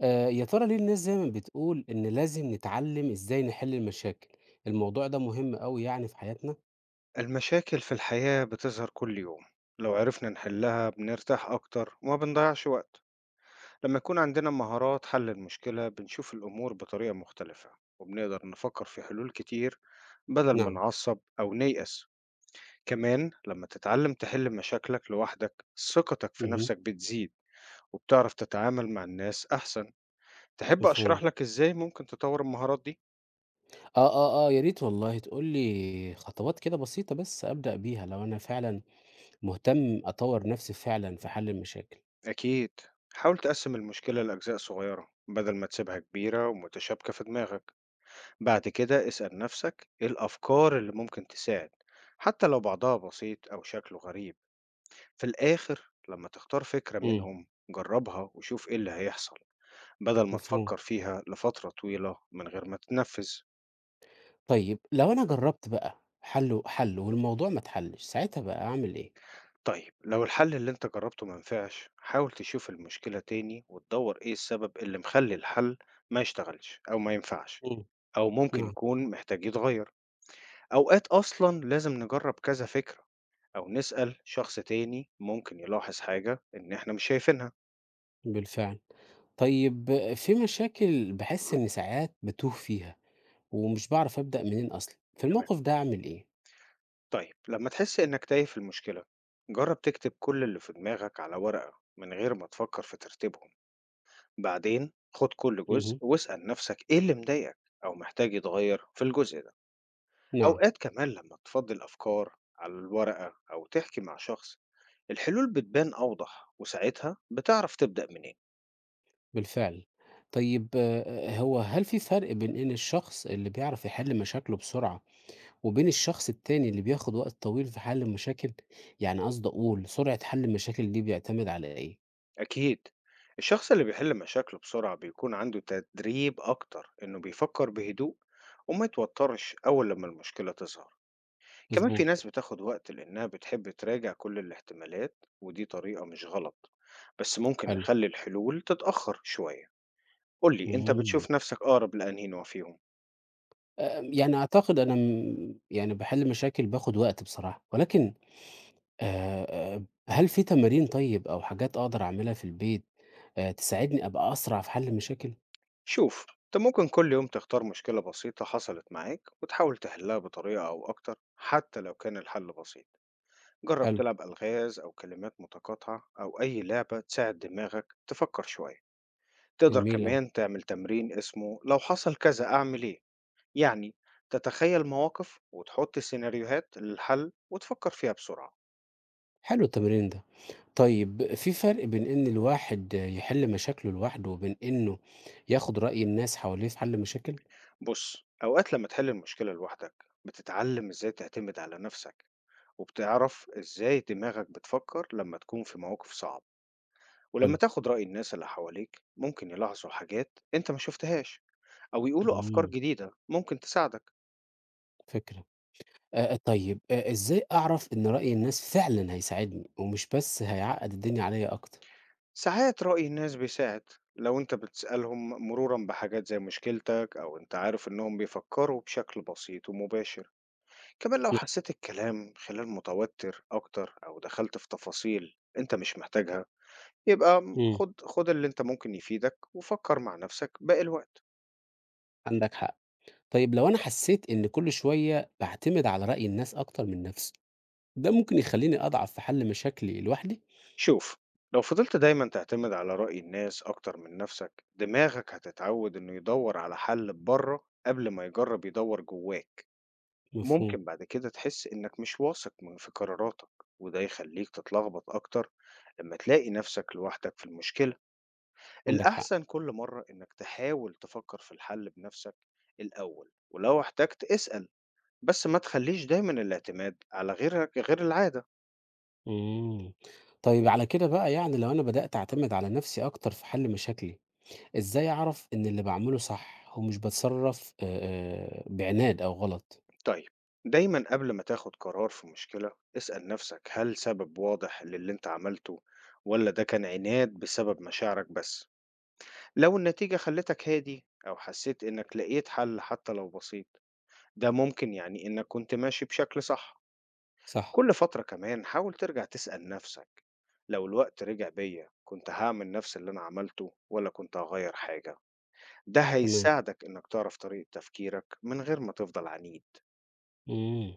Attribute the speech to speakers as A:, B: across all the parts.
A: يا ترى ليه الناس دايمًا بتقول إن لازم نتعلّم إزاي نحِل المشاكل؟ الموضوع ده مهم أوي يعني في حياتنا؟
B: المشاكل في الحياة بتظهر كل يوم. لو عرفنا نحلها بنرتاح أكتر وما بنضيعش وقت. لما يكون عندنا مهارات حل المشكلة بنشوف الأمور بطريقة مختلفة، وبنقدر نفكر في حلول كتير بدل ما
A: نعم.
B: نعصب أو نيأس. كمان لما تتعلم تحل مشاكلك لوحدك، ثقتك في
A: اهم،
B: نفسك بتزيد، وبتعرف تتعامل مع الناس أحسن. تحب
A: مفهوم.
B: أشرح لك إزاي ممكن تطور المهارات دي؟
A: يا ريت والله تقول لي خطوات كده بسيطة بس أبدأ بيها لو أنا فعلًا مهتم أطوّر نَفْسي فعلًا في حَل المشاكل.
B: أكيد. حاول تقسم المشكلة لأجزاء صغيرة بدل ما تسيبها كبيرة ومتشابكة في دماغك. بعد كده اسأل نفسك إيه الأفكار اللي ممكن تساعد، حتى لو بعضها بسيط أو شكله غريب. في الآخر لما تختار فكرة
A: إمم،
B: منهم جربها وشوف إيه اللي هيحصل، بدل ما
A: مفهوم.
B: تفكر فيها لفترة طويلة من غير ما تنفذ.
A: طيب لو أنا جرّبت بقى حَل وحَل والموضوع ما اتحلّش، ساعتها بقى أعمل إيه؟
B: طيب لو الحل اللي انت جربته منفعش حاول تشوف المشكلة تاني وتدور ايه السبب اللي مخلي الحل ما يشتغلش أو ما ينفعش،
A: إمم،
B: أو ممكن
A: نعم،
B: يكون محتاج يتغير. أوقات أصلا لازم نجرب كذا فكرة، أو نسأل شخص تاني ممكن يلاحظ حاجة إن إحنا مش شايفينها.
A: بالفعل. طيب في مشاكل باحس إنّي ساعات باتوه فيها. ومش باعرف أبدأ منين أصلًا، في
B: تمام.
A: الموقف ده أعمل إيه؟
B: طيب لما تحس إنك تايه في المشكلة، جرب تكتب كل اللي في دماغك على ورقة من غير ما تفكر في ترتيبهم. بعدين خد كل جزء
A: اهم،
B: واسأل نفسك إيه اللي مضايقك أو محتاج يتغير في الجزء ده.
A: نعم،
B: أوقات كمان لما تفضي الأفكار على الورقة أو تحكي مع شخص الحلول بتبان أوضح، وساعتها بتعرف تبدأ منين.
A: بالفعل. طيب هو هل في فرق بين إن الشخص اللي بيعرف يحل مشاكله بسرعة، وبين الشخص التاني اللي بياخد وقت طويل في حل المشاكل؟ يعني قصدي أقول سرعة حل المشاكل دي بيعتمد على إيه؟
B: أكيد. الشخص اللي بيحل مشاكله بسرعة بيكون عنده تدريب أكتر، إنه بيفكر بهدوء وما يتوترش أول لما المشكلة تظهر. كمان في ناس
A: مضبوط،
B: بتاخد وقت لأنها بتحب تراجع كل الاحتمالات، ودي طريقة مش غلط، بس ممكن
A: حلو،
B: نخلي الحلول تتأخر شوية. قولي أنت
A: إمم.
B: بتشوف نفسك أقرب لأنهي نوع فيهم.
A: يعني أعتقد أنا يعني باحل مشاكل باخد وقت بصراحة، ولكن هل في تمارين طيب أو حاجات أقدر أعملها في البيت تساعدني أبقى أسرع في حل المشاكل؟
B: شوف أنت ممكن كل يوم تختار مشكلة بسيطة حصلت معاك وتحاول تحلها بطريقة أو أكتر، حتى لو كان الحل بسيط. جرب
A: حلو،
B: تلعب ألغاز أو كلمات متقاطعة أو أي لعبة تساعد دماغك تفكر شوية. تقدر
A: جميل أوي،
B: كمان تعمل تمرين اسمه لو حصل كذا أعمل إيه، يعني تتخيل مواقف وتحط سيناريوهات للحل وتفكر فيها بسرعة.
A: حلو التمرين ده. طيب في فرق بين إن الواحد يحل مشاكله لوحده وبين إنه ياخد رأي الناس حواليه في حل مشاكل؟
B: بص، أوقات لما تحل المشكلة لوحدك بتتعلم إزاي تعتمد على نفسك، وبتعرف إزاي دماغك بتفكر لما تكون في مواقف صعبة. ولما
A: حلو،
B: تاخد رأي الناس اللي حواليك ممكن يلاحظوا حاجات أنت ما شفتهاش، أو يقولوا أفكار
A: إمم،
B: جديدة ممكن تساعدك.
A: فكرة. طيب إزاي أعرف إن رأي الناس فعلًا هيساعدني ومش بس هيعقد الدنيا عليَّ أكتر؟
B: ساعات رأي الناس بيساعد لو انت بتسألهم مرورا بحاجات زي مشكلتك، او انت عارف انهم بيفكروا بشكل بسيط ومباشر. كمان لو حسيت الكلام خلال متوتر اكتر او دخلت في تفاصيل انت مش محتاجها، يبقى م-
A: إمم،
B: خد خد اللي انت ممكن يفيدك وفكر مع نفسك باقي الوقت.
A: عندك حق. طيب لو أنا حسيت إن كل شوية باعتمد على رأي الناس أكتر من نفسي، ده ممكن يخليني أضعف في حل مشاكلي لوحدي؟
B: شوف، لو فضلت دايما تعتمد على رأي الناس اكتر من نفسك دماغك هتتعود انه يدور على حل بره قبل ما يجرب يدور جواك.
A: مفهوم،
B: ممكن بعد كده تحس إنك مش واثق في قراراتك، وده يخليك تتلخبط أكتر لما تلاقي نفسك لوحدك في المشكلة.
A: عندك حق.
B: الأحسن كل مرة إنك تحاول تفكر في الحل بنفسك الأول، ولو احتجت اسأل، بس ما تخليش دايما الاعتماد على غيرك غير العادة.
A: إمم. طيب على كده بقى يعني لو أنا بدأت أعتمد على نفسي أكتر في حل مشاكلي، إزاي أعرف إن اللي باعمله صح ومش باتصرف بعناد أو غلط؟
B: طيب، دايما قبل ما تاخد قرار في مشكلة اسأل نفسك هل سبب واضح للي انت عملته، ولا ده كان عناد بسبب مشاعرك بس. لو النتيجة خلتك هادي أو حسيت إنك لقيت حل حتى لو بسيط، ده ممكن يعني إنك كنت ماشي بشكل صح.
A: صح،
B: كل فترة كمان حاول ترجع تسأل نفسك لو الوقت رجع بيا كنت هعمل نفس اللي أنا عملته ولا كنت هغير حاجة. ده
A: تمام،
B: هيساعدك إنك تعرف طريقة تفكيرك من غير ما تفضل عنيد.
A: إمم.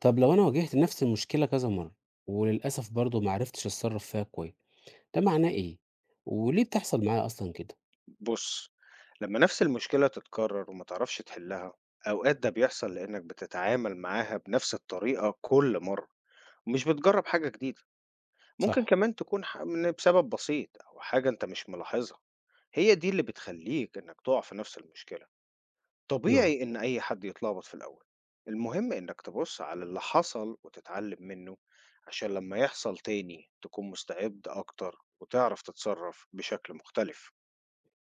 A: طب لو أنا واجهت نفس المشكلة كذا مرّة وللأسف برضه ما عرفتش أتصرف فيها كويس، ده معناه إيه؟ وليه بتحصل معايا أصلًا كده؟
B: بص، لما نفس المشكلة تتكرر وما تعرفش تحلها، أوقات ده بيحصل لأنك بتتعامل معاها بنفس الطريقة كل مرة ومش بتجرب حاجة جديدة. ممكن
A: صح،
B: كمان تكون بسبب بسيط أو حاجة أنت مش ملاحظها، هي دي اللي بتخليك إنك تقع في نفس المشكلة.
A: نعم،
B: طبيعي إن أي حد يتلخبط في الأول، المهم إنك تبص على اللي حصل وتتعلم منه، عشان لما يحصل تاني تكون مستعد أكتر وتعرف تتصرف بشكل مختلف.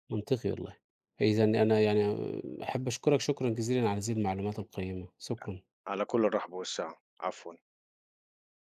A: منطقي والله. إذًا أنا يعني أحب أشكرك شكرًا جزيلًا على هذه المعلومات القيمة، شكرًا.
B: على كل الرحب والسعة، عفوا.